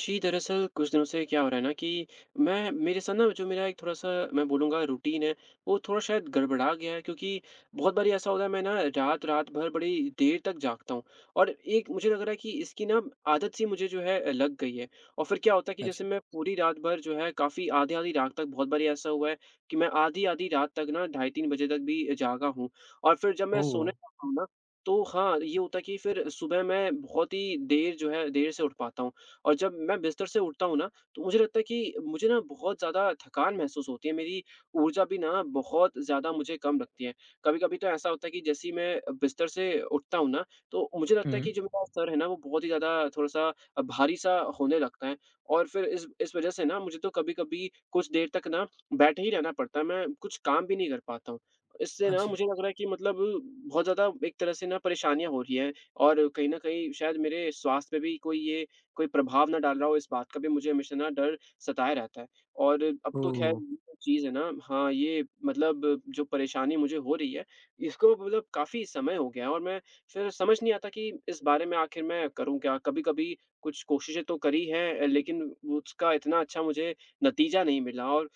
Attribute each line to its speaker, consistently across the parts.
Speaker 1: जी, दरअसल कुछ दिनों से क्या हो रहा है ना कि मैं मेरे साथ ना जो मेरा एक थोड़ा-सा मैं बोलूँगा रूटीन है, वो थोड़ा शायद गड़बड़ा गया है क्योंकि बहुत बारी ऐसा होता है मैं ना रात रात भर बड़ी देर तक जागता हूँ। और एक मुझे लग रहा है कि इसकी ना आदत सी मुझे जो है लग गई है। और फिर क्या होता है कि जैसे
Speaker 2: अच्छा,
Speaker 1: मैं पूरी रात भर जो है काफ़ी आधी-आधी रात तक बहुत बारी ऐसा हुआ है कि मैं आधी-आधी रात तक ना ढाई 3 बजे तक भी जागा हूँ। और फिर जब मैं
Speaker 2: ओह!
Speaker 1: सोने जाता हूँ ना, तो हाँ, ये होता है कि फिर सुबह मैं बहुत ही देर जो है देर से उठ पाता हूँ। और जब मैं बिस्तर से उठता हूँ ना, तो मुझे लगता है कि मुझे ना बहुत ज़्यादा थकान महसूस होती है, मेरी ऊर्जा भी ना बहुत ज़्यादा मुझे कम लगती है। कभी-कभी तो ऐसा होता है कि जैसे ही मैं बिस्तर से उठता हूँ ना, तो मुझे लगता है कि
Speaker 2: हुँ।
Speaker 1: जो मेरा सर है ना, वो बहुत ही ज़्यादा थोड़ा-सा भारी-सा होने लगता है और फिर इस वज़ह से ना मुझे तो कभी-कभी कुछ देर तक ना बैठे ही रहना पड़ता है, मैं कुछ काम भी नहीं कर पाता हूँ। इससे ना
Speaker 2: अच्छा,
Speaker 1: मुझे लग रहा है कि मतलब बहुत ज़्यादा एक तरह से ना परेशानियाँ हो रही हैं और कहीं न कहीं शायद मेरे स्वास्थ्य पे भी कोई ये कोई प्रभाव ना डाल रहा हो, इस बात का भी मुझे हमेशा ना डर सताए रहता है। और अब तो ख़ैर
Speaker 2: ओह!
Speaker 1: ये जो चीज़ है ना हाँ, ये मतलब जो परेशानी मुझे हो रही है, इसको मतलब काफ़ी समय हो गया है और मैं फिर समझ नहीं आता कि इस बारे में आख़िर मैं करूँ क्या? कभी-कभी कुछ कोशिशें तो करी हैं लेकिन वो उसका इतना अच्छा मुझे नतीजा नहीं मिला। और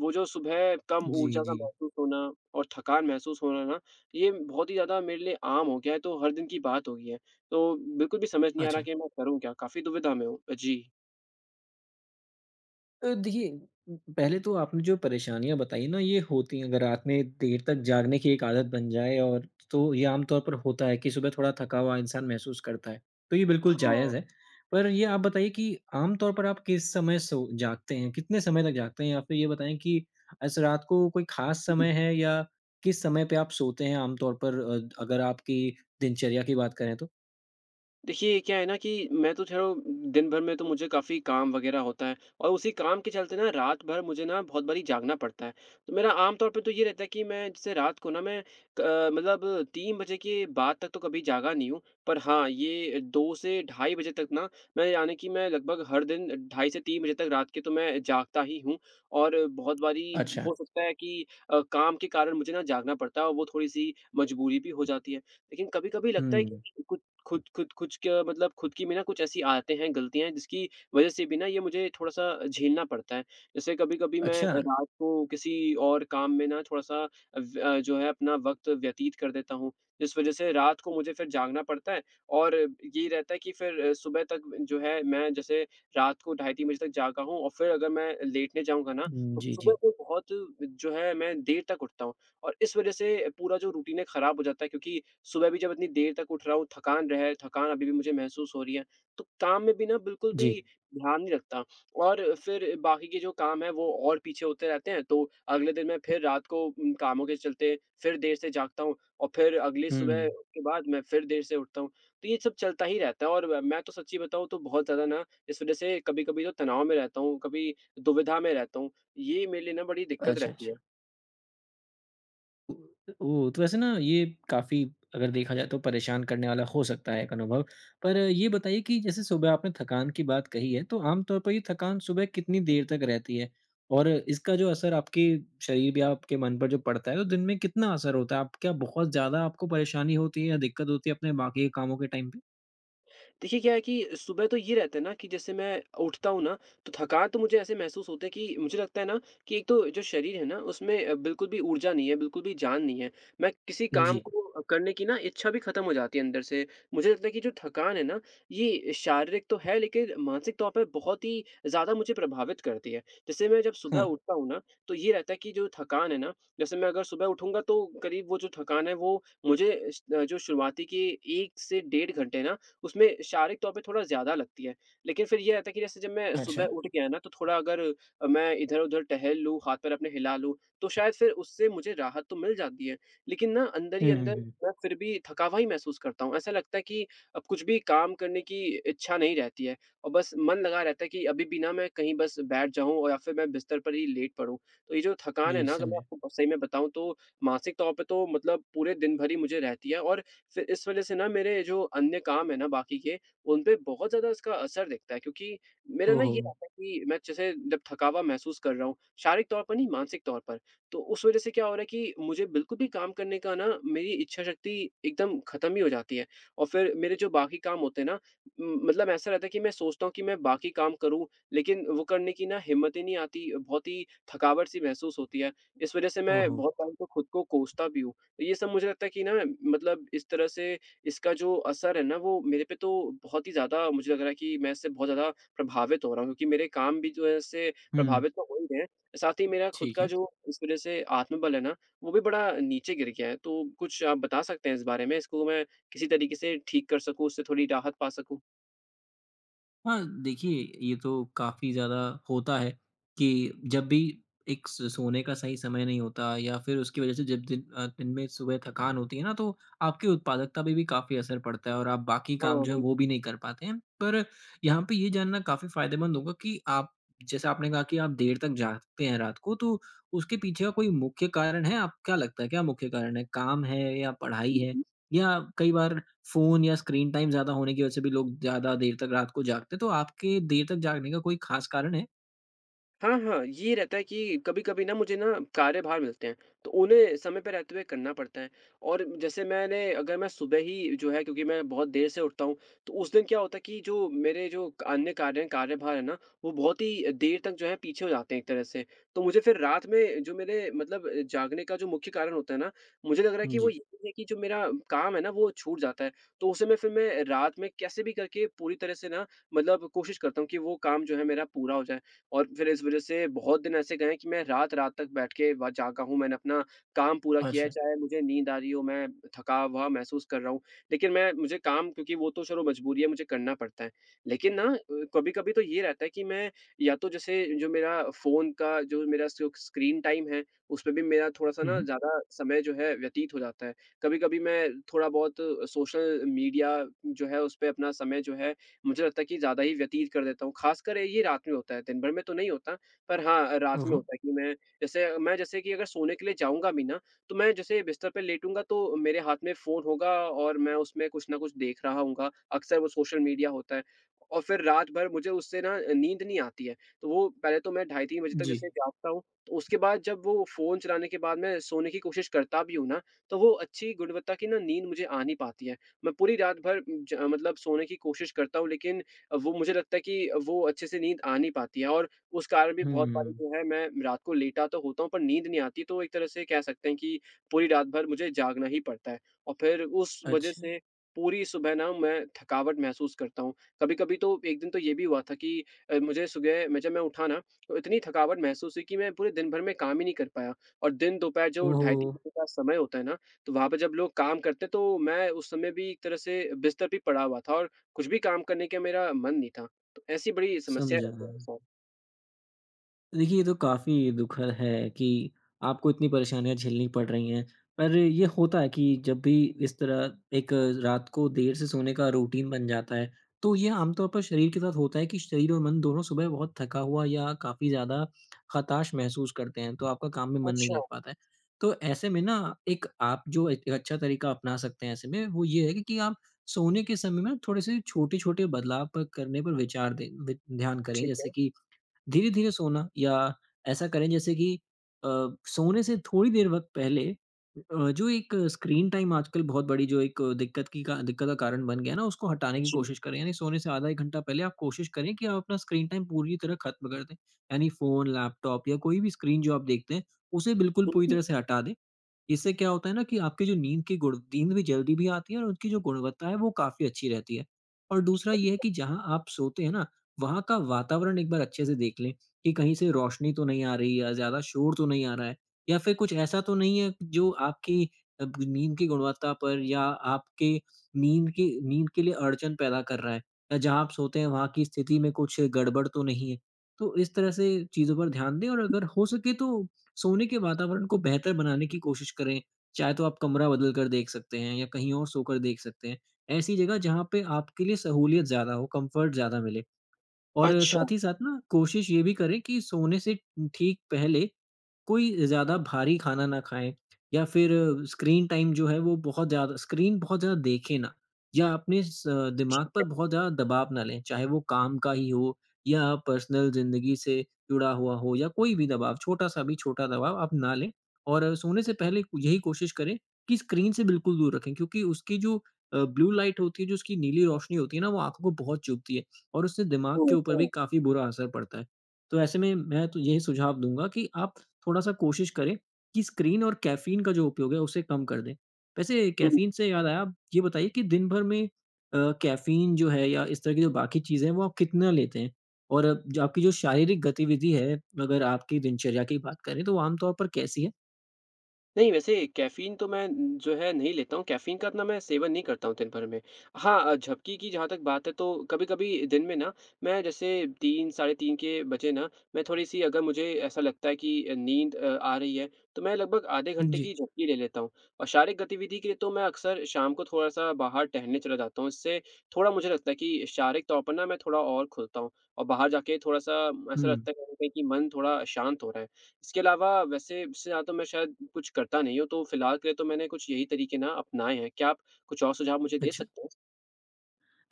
Speaker 1: वो जो सुबह कम
Speaker 2: जी,
Speaker 1: ऊर्जा का
Speaker 2: जी,
Speaker 1: महसूस होना और थकान महसूस होना ना, ये बहुत ही ज़्यादा मेरे लिए आम हो गया है, तो हर दिन की बात हो गई है। तो बिल्कुल भी समझ नहीं आ रहा
Speaker 2: अच्छा।
Speaker 1: कि मैं करूँ क्या? काफ़ी दुविधा में हूँ। जी।
Speaker 2: देखिए, पहले तो आपने जो परेशानियाँ बताई ना ये होती हैं, अगर रात में देर तक जागने की एक आदत बन जाए और तो ये आम तौर पर होता है कि सुबह थोड़ा थका हुआ इंसान महसूस करता है, तो ये बिल्कुल
Speaker 1: हाँ।
Speaker 2: जायज़ है। पर ये आप बताइए कि आम तौर पर आप किस समय सो जागते हैं? कितने समय तक जागते हैं? या फिर ये बताएँ कि ऐसे रात को कोई ख़ास समय है या किस समय पे आप सोते हैं आम तौर पर अगर आपकी दिनचर्या की बात करें तो?
Speaker 1: देखिए, क्या है ना कि मैं तो चलो दिन भर में तो मुझे काफ़ी काम वग़ैरह होता है और उसी काम के चलते ना रात भर मुझे ना बहुत बारी जागना पड़ता है। तो मेरा आम तौर पे तो ये रहता है कि मैं जैसे रात को ना मैं क मतलब 3 बजे के बाद तक तो कभी जागा नहीं हूँ। पर हाँ, ये 2 से ढाई बजे तक ना मैं यानी कि मैं लगभग हर दिन ढाई से 3 बजे तक रात के तो मैं जागता ही हूँ और बहुत बारी
Speaker 2: अच्छा।
Speaker 1: हो सकता है कि काम के कारण मुझे ना जागना पड़ता है और वो थोड़ी-सी मजबूरी भी हो जाती है। लेकिन कभी-कभी लगता है
Speaker 2: हुँ।
Speaker 1: कि कुछ खुद खुद कुछ क्या मतलब खुद की भी ना कुछ ऐसी आदतें हैं, गलतियाँ हैं जिसकी वज़ह से भी ना ये मुझे थोड़ा-सा झेलना पड़ता है। जैसे कभी-कभी मैं
Speaker 2: अच्छा।
Speaker 1: रात को किसी और काम में ना थोड़ा-सा जो है अपना वक़्त व्यतीत कर देता हूँ। जिस वज़ह से रात को मुझे फिर जागना पड़ता है और ये रहता है कि फिर सुबह तक जो है मैं जैसे रात को ढाई 3 बजे तक जागा हूँ और फिर अगर मैं लेटने जाऊँगा ना,
Speaker 2: हुँ,
Speaker 1: तो
Speaker 2: जी,
Speaker 1: सुबह
Speaker 2: जी।
Speaker 1: को बहुत जो है मैं देर तक उठता हूँ। और इस वजह से पूरा जो रूटीन है खराब हो जाता है क्योंकि सुबह भी जब इतनी देर तक उठ रहा हूँ, थकान अभी भी मुझे महसूस हो रही है, तो काम में भी ना बिल्कुल
Speaker 2: जी।
Speaker 1: भी ध्यान नहीं रखता और फिर बाकी के जो काम हैं वो और पीछे होते रहते हैं, तो अगले दिन मैं फिर रात को कामों के चलते फिर देर से जागता हूँ और फिर अगली सुबह
Speaker 2: हुँ।
Speaker 1: के बाद मैं फिर देर से उठता हूँ। तो ये सब चलता ही रहता है और व मैं तो सच्ची बताऊँ तो बहुत ज़्यादा ना इस वजह से कभी-कभी तो तनाव में रहता हूँ, कभी दुविधा में रहता हूँ। ये मेरे लिए ना बड़ी दिक्कत
Speaker 2: अच्छा,
Speaker 1: रहती है।
Speaker 2: अच्छा। ओह! तो वैसे ना ये काफ़ी अगर देखा जाए तो परेशान करने वाला हो सकता है एक अनुभव। पर ये बताइए कि जैसे सुबह आपने थकान की बात कही है, तो आम तौर पर ये थकान सुबह कितनी देर तक रहती है? और इसका जो असर आपके शरीर या आपके मन पर जो पड़ता है, तो दिन में कितना असर होता है? आप क्या बहुत ज़्यादा आपको परेशानी होती है या दिक्कत होती है अपने बाकी के कामों के टाइम पे?
Speaker 1: देखिए क्या है कि सुबह तो ये रहता है ना कि जैसे मैं उठता हूँ ना तो थकान तो मुझे ऐसे महसूस होता है कि मुझे लगता है ना कि एक तो जो शरीर है ना उसमें बिल्कुल भी ऊर्जा नहीं है, बिल्कुल भी जान नहीं है। मैं किसी काम
Speaker 2: जी।
Speaker 1: को करने की ना इच्छा भी खत्म हो जाती है अंदर से। मुझे लगता है कि जो थकान है ना ये शारीरिक तो है लेकिन मानसिक तौर पर बहुत ही ज्यादा मुझे प्रभावित करती है। जैसे मैं जब सुबह
Speaker 2: हाँ।
Speaker 1: उठता हूँ ना तो ये रहता है कि जो थकान है ना, जैसे मैं अगर सुबह उठूंगा तो करीब वो जो थकान है वो मुझे जो शुरुआती के 1 से 1.5 घंटे ना उसमें शारीरिक तौर पे थोड़ा ज़्यादा लगती है। लेकिन फिर ये रहता है कि जैसे जब मैं सुबह
Speaker 2: अच्छा।
Speaker 1: उठ गया ना, तो थोड़ा अगर मैं इधर-उधर टहल लूँ, हाथ-पैर अपने हिला लूँ, तो शायद फिर उससे मुझे राहत तो मिल जाती है। लेकिन ना अंदर ही
Speaker 2: हुँ, हुँ,
Speaker 1: अंदर
Speaker 2: हुँ।
Speaker 1: मैं फिर भी थकावा ही महसूस करता हूँ। ऐसा लगता है कि अब कुछ भी काम करने की इच्छा नहीं रहती है और बस मन लगा रहता है कि अभी भी ना मैं कहीं बस बैठ जाऊँ और या फिर मैं बिस्तर पर ही लेट पड़ूँ। तो ये जो थकान है
Speaker 2: जी,
Speaker 1: ना, अगर मैं
Speaker 2: समझे।
Speaker 1: आपको सही में बताऊँ तो मानसिक तौर पे तो मतलब पूरे दिन भर ही मुझे रहती है और फिर इस वज़ह से ना मेरे जो अन्य काम है ना बाकी के, उन पे बहुत ज़्यादा इसका असर दिखता है क्योंकि मेरा ना
Speaker 2: ओहो!
Speaker 1: ये रहता है कि मैं जैसे जब थकावा महसूस कर रहा हूँ, शारीरिक तौर पर नहीं मानसिक तौर पर, तो उस वज़ह से क्या हो रहा है कि मुझे बिल्कुल भी काम करने का ना मेरी इच्छा शक्ति एकदम ख़त्म ही हो जाती है। और फिर मेरे जो बाकी काम होते हैं ना मतलब ऐसा रहता है कि मैं सोचता हूँ कि मैं बाकी काम करूँ, लेकिन वो करने की ना हिम्मत ही नहीं आती, बहुत ही थकावट-सी महसूस होती है। इस वज़ह से मैं
Speaker 2: ओहो!
Speaker 1: बहुत टाइम तो खुद को कोसता भी हूँ। तो ये सब मुझे लगता है कि ना मतलब इस तरह से इसका जो असर है ना वो मेरे पे तो बहुत ही ज़्यादा मुझे लग रहा है कि मैं इससे बहुत ज़्यादा प्रभावित हो रहा हूँ क्योंकि मेरे काम भी जो है इससे
Speaker 2: हुँ।
Speaker 1: प्रभावित तो हो ही रहे हैं। साथ ही मेरा खुद
Speaker 2: ठीक
Speaker 1: का
Speaker 2: है।
Speaker 1: जो इस वज़ह से आत्मबल है ना वो भी बड़ा नीचे गिर गया है। तो कुछ आप बता सकते हैं इस बारे में? इसको मैं किसी तरीके से ठीक कर सकूँ, उससे थोड़ी राहत पा सकूँ?
Speaker 2: हाँ, देखिए, ये तो काफ़ी ज़्यादा होता है कि जब भी एक स सोने का सही समय नहीं होता या फिर उसकी वज़ह से जब दिन में सुबह थकान होती है ना तो आपकी उत्पादकता पे भी काफ़ी असर पड़ता है और आप बाकी
Speaker 1: हाँ,
Speaker 2: काम जो है
Speaker 1: वही।
Speaker 2: वो भी नहीं कर पाते हैं। पर यहाँ पे ये जानना काफ़ी फ़ायदेमंद होगा कि आप जैसे आपने कहा कि आप देर तक जागते हैं रात को तो उसके पीछे का कोई मुख्य कारण है? आप क्या लगता है क्या मुख्य कारण है? काम है या पढ़ाई है? या कई बार फ़ोन या स्क्रीन टाइम ज़्यादा होने की वजह से भी लोग ज़्यादा देर तक रात को जागते हैं, तो आपके देर तक जागने का कोई ख़ास कारण है?
Speaker 1: हाँ, हाँ, ये रहता है कि कभी-कभी ना मुझे ना कार्यभार मिलते हैं, तो उन्हें समय पे रहते हुए करना पड़ता है और जैसे मैंने अगर मैं सुबह ही जो है क्योंकि मैं बहुत देर से उठता हूँ, तो उस दिन क्या होता है कि जो मेरे जो अन्य कार्य हैं, कार्यभार है ना, वो बहुत ही देर तक जो है पीछे हो जाते हैं एक तरह से। तो मुझे फिर रात में जो मेरे मतलब जागने का जो मुख्य कारण होता है ना, मुझे लग रहा है कि वो
Speaker 2: जी।
Speaker 1: ये है कि जो मेरा काम है ना, वो छूट जाता है। तो उसे मैं फिर मैं रात में कैसे भी करके पूरी तरह से ना मतलब कोशिश करता हूँ कि वो काम जो है मेरा पूरा हो जाए। और फिर इस वज़ह से बहुत दिन ऐसे गए हैं कि मैं रात-रात तक बैठ के व जागा हूँ, मैंने अपना काम पूरा किया है,
Speaker 2: अच्छा।
Speaker 1: चाहे मुझे नींद आ रही हो, मैं थका हुआ महसूस कर रहा हूँ। लेकिन मैं मुझे काम क्योंकि वो तो चलो मजबूरी है, मुझे करना पड़ता है। लेकिन ना कभी-कभी तो ये रहता है कि मैं या तो जैसे जो मेरा फ़ोन का जो मेरा स्क्रीन टाइम है, उसपे भी मेरा थोड़ा-सा
Speaker 2: हुँ,
Speaker 1: ना
Speaker 2: हुँ।
Speaker 1: ज़्यादा समय जो है व्यतीत हो जाता है। कभी-कभी मैं थोड़ा-बहुत सोशल मीडिया जो है, उसपे अपना समय जो है मुझे लगता है कि ज़्यादा ही व्यतीत कर देता हूँ। ख़ासकर ये रात में होता है, दिन भर में तो नहीं होता, पर हाँ, रात में
Speaker 2: ओहो!
Speaker 1: होता है कि मैं जैसे कि अगर सोने के लिए जाऊँगा भी ना, तो मैं जैसे बिस्तर पे लेटूँगा तो मेरे हाथ में फ़ोन होगा और मैं उसमें कुछ ना कुछ देख रहा होऊँगा, अक्सर वो सोशल मीडिया होता है और फिर रात भर मुझे उससे ना नींद नहीं आती है। तो वो पहले तो मैं ढाई 3 बजे तक
Speaker 2: जी।
Speaker 1: जैसे जागता हूँ, तो उसके बाद जब वो फ़ोन चलाने के बाद मैं सोने की कोशिश करता भी हूँ ना, तो वो अच्छी गुणवत्ता की ना नींद मुझे आ नहीं पाती है। मैं पूरी रात भर ज मतलब सोने की कोशिश करता हूँ लेकिन वो मुझे लगता है कि वो अच्छे से नींद आ नहीं पाती है और उस कारण भी बहुत बारी
Speaker 2: हुँ,
Speaker 1: जो है मैं रात को लेटा तो होता हूँ पर नींद नहीं आती, तो एक तरह से कह सकते हैं कि पूरी रात भर मुझे जागना ही पड़ता है और फिर उस वजह
Speaker 2: अच्छा।
Speaker 1: से पूरी सुबह ना मैं थकावट महसूस करता हूँ। कभी-कभी तो एक दिन तो ये भी हुआ था कि मुझे सुबह मैं जब मैं उठा ना तो इतनी थकावट महसूस हुई कि मैं पूरे दिन भर में काम ही नहीं कर पाया और दिन दोपहर जो ढाई
Speaker 2: ओहो!
Speaker 1: 3 बजे का समय होता है ना, तो वहाँ पे जब लोग काम करते तो मैं उस समय भी एक तरह से बिस्तर पे पड़ा हुआ था और कुछ भी काम करने का मेरा मन नहीं था। तो ऐसी बड़ी समस्या रहती है
Speaker 2: समझा।
Speaker 1: मेरे साथ।
Speaker 2: देखिए, ये तो काफ़ी दुखद है कि आपको इतनी परेशानियाँ झेलनी पड़ रही हैं। पर ये होता है कि जब भी इस तरह एक रात को देर से सोने का रूटीन बन जाता है, तो ये आमतौर पर शरीर के साथ होता है कि शरीर और मन दोनों सुबह बहुत थका हुआ या काफ़ी ज़्यादा हताश महसूस करते हैं, तो आपका काम में मन नहीं
Speaker 1: अच्छा,
Speaker 2: लग पाता है। तो ऐसे में ना एक आप जो एक एक अच्छा तरीका अपना सकते हैं ऐसे में, वो ये है कि आप सोने के समय में थोड़े-से छोटे-छोटे बदलाव पर करने पर विचार दें वि ध्यान करें।
Speaker 1: ठीक है।
Speaker 2: जैसे कि धीरे-धीरे सोना या ऐसा करें जैसे कि अ, सोने से थोड़ी देर वक़्त पहले जो एक स्क्रीन टाइम आजकल बहुत बड़ी जो एक दिक्कत का कारण बन गया है ना, उसको हटाने की
Speaker 1: जी,
Speaker 2: कोशिश करें। यानी सोने से आधा 1 घंटा पहले आप कोशिश करें कि आप अपना स्क्रीन टाइम पूरी तरह खत्म कर दें। यानी फ़ोन, लैपटॉप या कोई भी स्क्रीन जो आप देखते हैं, उसे बिल्कुल
Speaker 1: हुँ,
Speaker 2: पूरी
Speaker 1: हुँ।
Speaker 2: तरह से हटा दें। इससे क्या होता है ना कि आपकी जो नींद की गुण नींद भी जल्दी भी आती है और उनकी जो गुणवत्ता है वो काफ़ी अच्छी रहती है। और दूसरा ये है कि जहाँ आप सोते हैं ना, वहाँ का वातावरण एक बार अच्छे से देख लें कि कहीं से रोशनी तो नहीं आ रही या ज़्यादा शोर तो नहीं आ रहा है या फिर कुछ ऐसा तो नहीं है जो आपकी अब नींद की गुणवत्ता पर या आपके नींद के लिए अड़चन पैदा कर रहा है या जहाँ आप सोते हैं वहाँ की स्थिति में कुछ गड़बड़ तो नहीं है। तो इस तरह से चीज़ों पर ध्यान दें और अगर हो सके तो सोने के वातावरण को बेहतर बनाने की कोशिश करें, चाहे तो आप कमरा बदल कर देख सकते हैं या कहीं और सोकर देख सकते हैं। ऐसी जगह जहाँ पे आपके लिए सहूलियत ज़्यादा हो, कम्फ़र्ट ज़्यादा मिले और
Speaker 1: अच्छा।
Speaker 2: साथ ही साथ ना कोशिश ये भी करें कि सोने से ठीक पहले कोई ज़्यादा भारी खाना ना खाएँ या फिर स्क्रीन टाइम जो है वो बहुत ज़्यादा स्क्रीन बहुत ज़्यादा देखें ना या अपने स दिमाग पर बहुत ज़्यादा दबाव ना लें, चाहे वो काम का ही हो या पर्सनल ज़िंदगी से जुड़ा हुआ हो या कोई भी दबाव, छोटा-सा भी छोटा दबाव आप ना लें और सोने से पहले यही कोशिश करें कि स्क्रीन से बिल्कुल दूर रखें क्योंकि उसकी जो ब्लू लाइट होती है, जो उसकी नीली रोशनी होती है ना, वो आँखों को बहुत चुभती है और उससे दिमाग के
Speaker 1: हुँ,
Speaker 2: ऊपर भी
Speaker 1: हुँ,
Speaker 2: काफ़ी बुरा असर पड़ता है। तो ऐसे में मैं तो यही सुझाव दूँगा कि आप थोड़ा-सा कोशिश करें कि स्क्रीन और कैफ़ीन का जो उपयोग है, उसे कम कर दें। वैसे
Speaker 1: हुँ।
Speaker 2: कैफ़ीन से याद आया, आप ये बताइए कि दिन भर में कैफ़ीन जो है या इस तरह की जो बाकी चीज़ें हैं, वो आप कितना लेते हैं? और जो आपकी जो शारीरिक गतिविधि है, अगर आपकी दिनचर्या की बात करें, तो वो आम तौर पर कैसी है?
Speaker 1: नहीं, वैसे कैफ़ीन तो मैं जो है नहीं लेता हूँ, कैफ़ीन का इतना मैं सेवन नहीं करता हूँ दिन भर में। हाँ झपकी की जहाँ तक बात है तो कभी-कभी दिन में ना मैं जैसे 3 साढ़े 3 के बजे ना मैं थोड़ी-सी अगर मुझे ऐसा लगता है कि नींद आ रही है तो मैं लगभग आधे घंटे
Speaker 2: जी।
Speaker 1: की झपकी ले लेता हूँ। और शारीरिक गतिविधि के लिए तो मैं अक्सर शाम को थोड़ा-सा बाहर टहलने चला जाता हूँ। इससे थोड़ा मुझे लगता है कि शारीरिक तौर पर ना मैं थोड़ा और खुलता हूँ और बाहर जाके थोड़ा-सा ऐसा
Speaker 2: हुँ,
Speaker 1: लगता है कहीं न कहीं कि मन थोड़ा शांत हो रहा है। इसके अलावा वैसे इससे ज़्यादा तो मैं शायद कुछ करता नहीं हूँ, तो फिलहाल के लिए तो मैंने कुछ यही तरीके ना अपनाए हैं। क्या आप कुछ और सुझाव मुझे दे
Speaker 2: अच्छा।
Speaker 1: सकते हैं?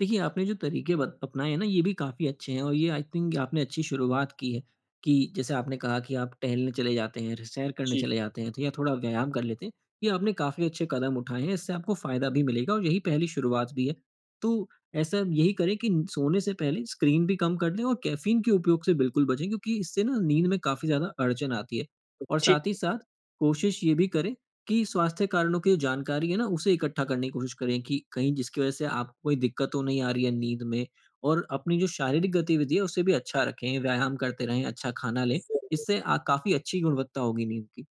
Speaker 2: देखिए, आपने जो तरीके बत अपनाए हैं ना, ये भी काफ़ी अच्छे हैं और ये आई थिंक आपने अच्छी शुरुआत की है कि जैसे आपने कहा कि आप टहलने चले जाते हैं, र सैर करने
Speaker 1: जी।
Speaker 2: चले जाते हैं, तो या थोड़ा व्यायाम कर लेते हैं। ये आपने काफ़ी अच्छे कदम उठाए हैं, इससे आपको फ़ायदा भी मिलेगा और यही पहली शुरुआत भी है। तो ऐसा यही करें कि न सोने से पहले स्क्रीन भी कम कर लें और कैफ़ीन के उपयोग से बिल्कुल बचें क्योंकि इससे ना नींद में काफ़ी ज़्यादा अड़चन आती है। और
Speaker 1: ठीक।
Speaker 2: साथ ही साथ कोशिश ये भी करें कि स्वास्थ्य कारणों की जो जानकारी है ना, उसे इकट्ठा करने की कोशिश करें कि कहीं जिसकी वज़ह से आपको कोई दिक्कत तो नहीं आ रही है नींद में और अपनी जो शारीरिक गतिविधि है, उसे भी अच्छा रखें, व्यायाम करते रहें, अच्छा खाना लें। इससे काफ़ी अच्छी गुणवत्ता होगी नींद की।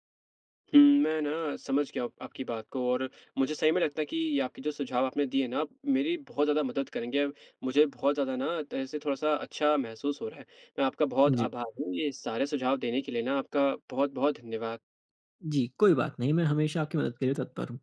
Speaker 1: हुँ, मैं ना समझ गया आपकी बात को और मुझे सही में लगता है कि ये आपके जो सुझाव आपने दिए ना मेरी बहुत ज़्यादा मदद करेंगे। मुझे बहुत ज़्यादा ना त ऐसे थोड़ा-सा अच्छा महसूस हो रहा है। मैं आपका बहुत
Speaker 2: जी।
Speaker 1: आभारी हूँ, ये सारे सुझाव देने के लिए ना आपका बहुत-बहुत धन्यवाद।
Speaker 2: जी, कोई बात नहीं, मैं हमेशा आपकी मदद के लिए तत्पर हूँ।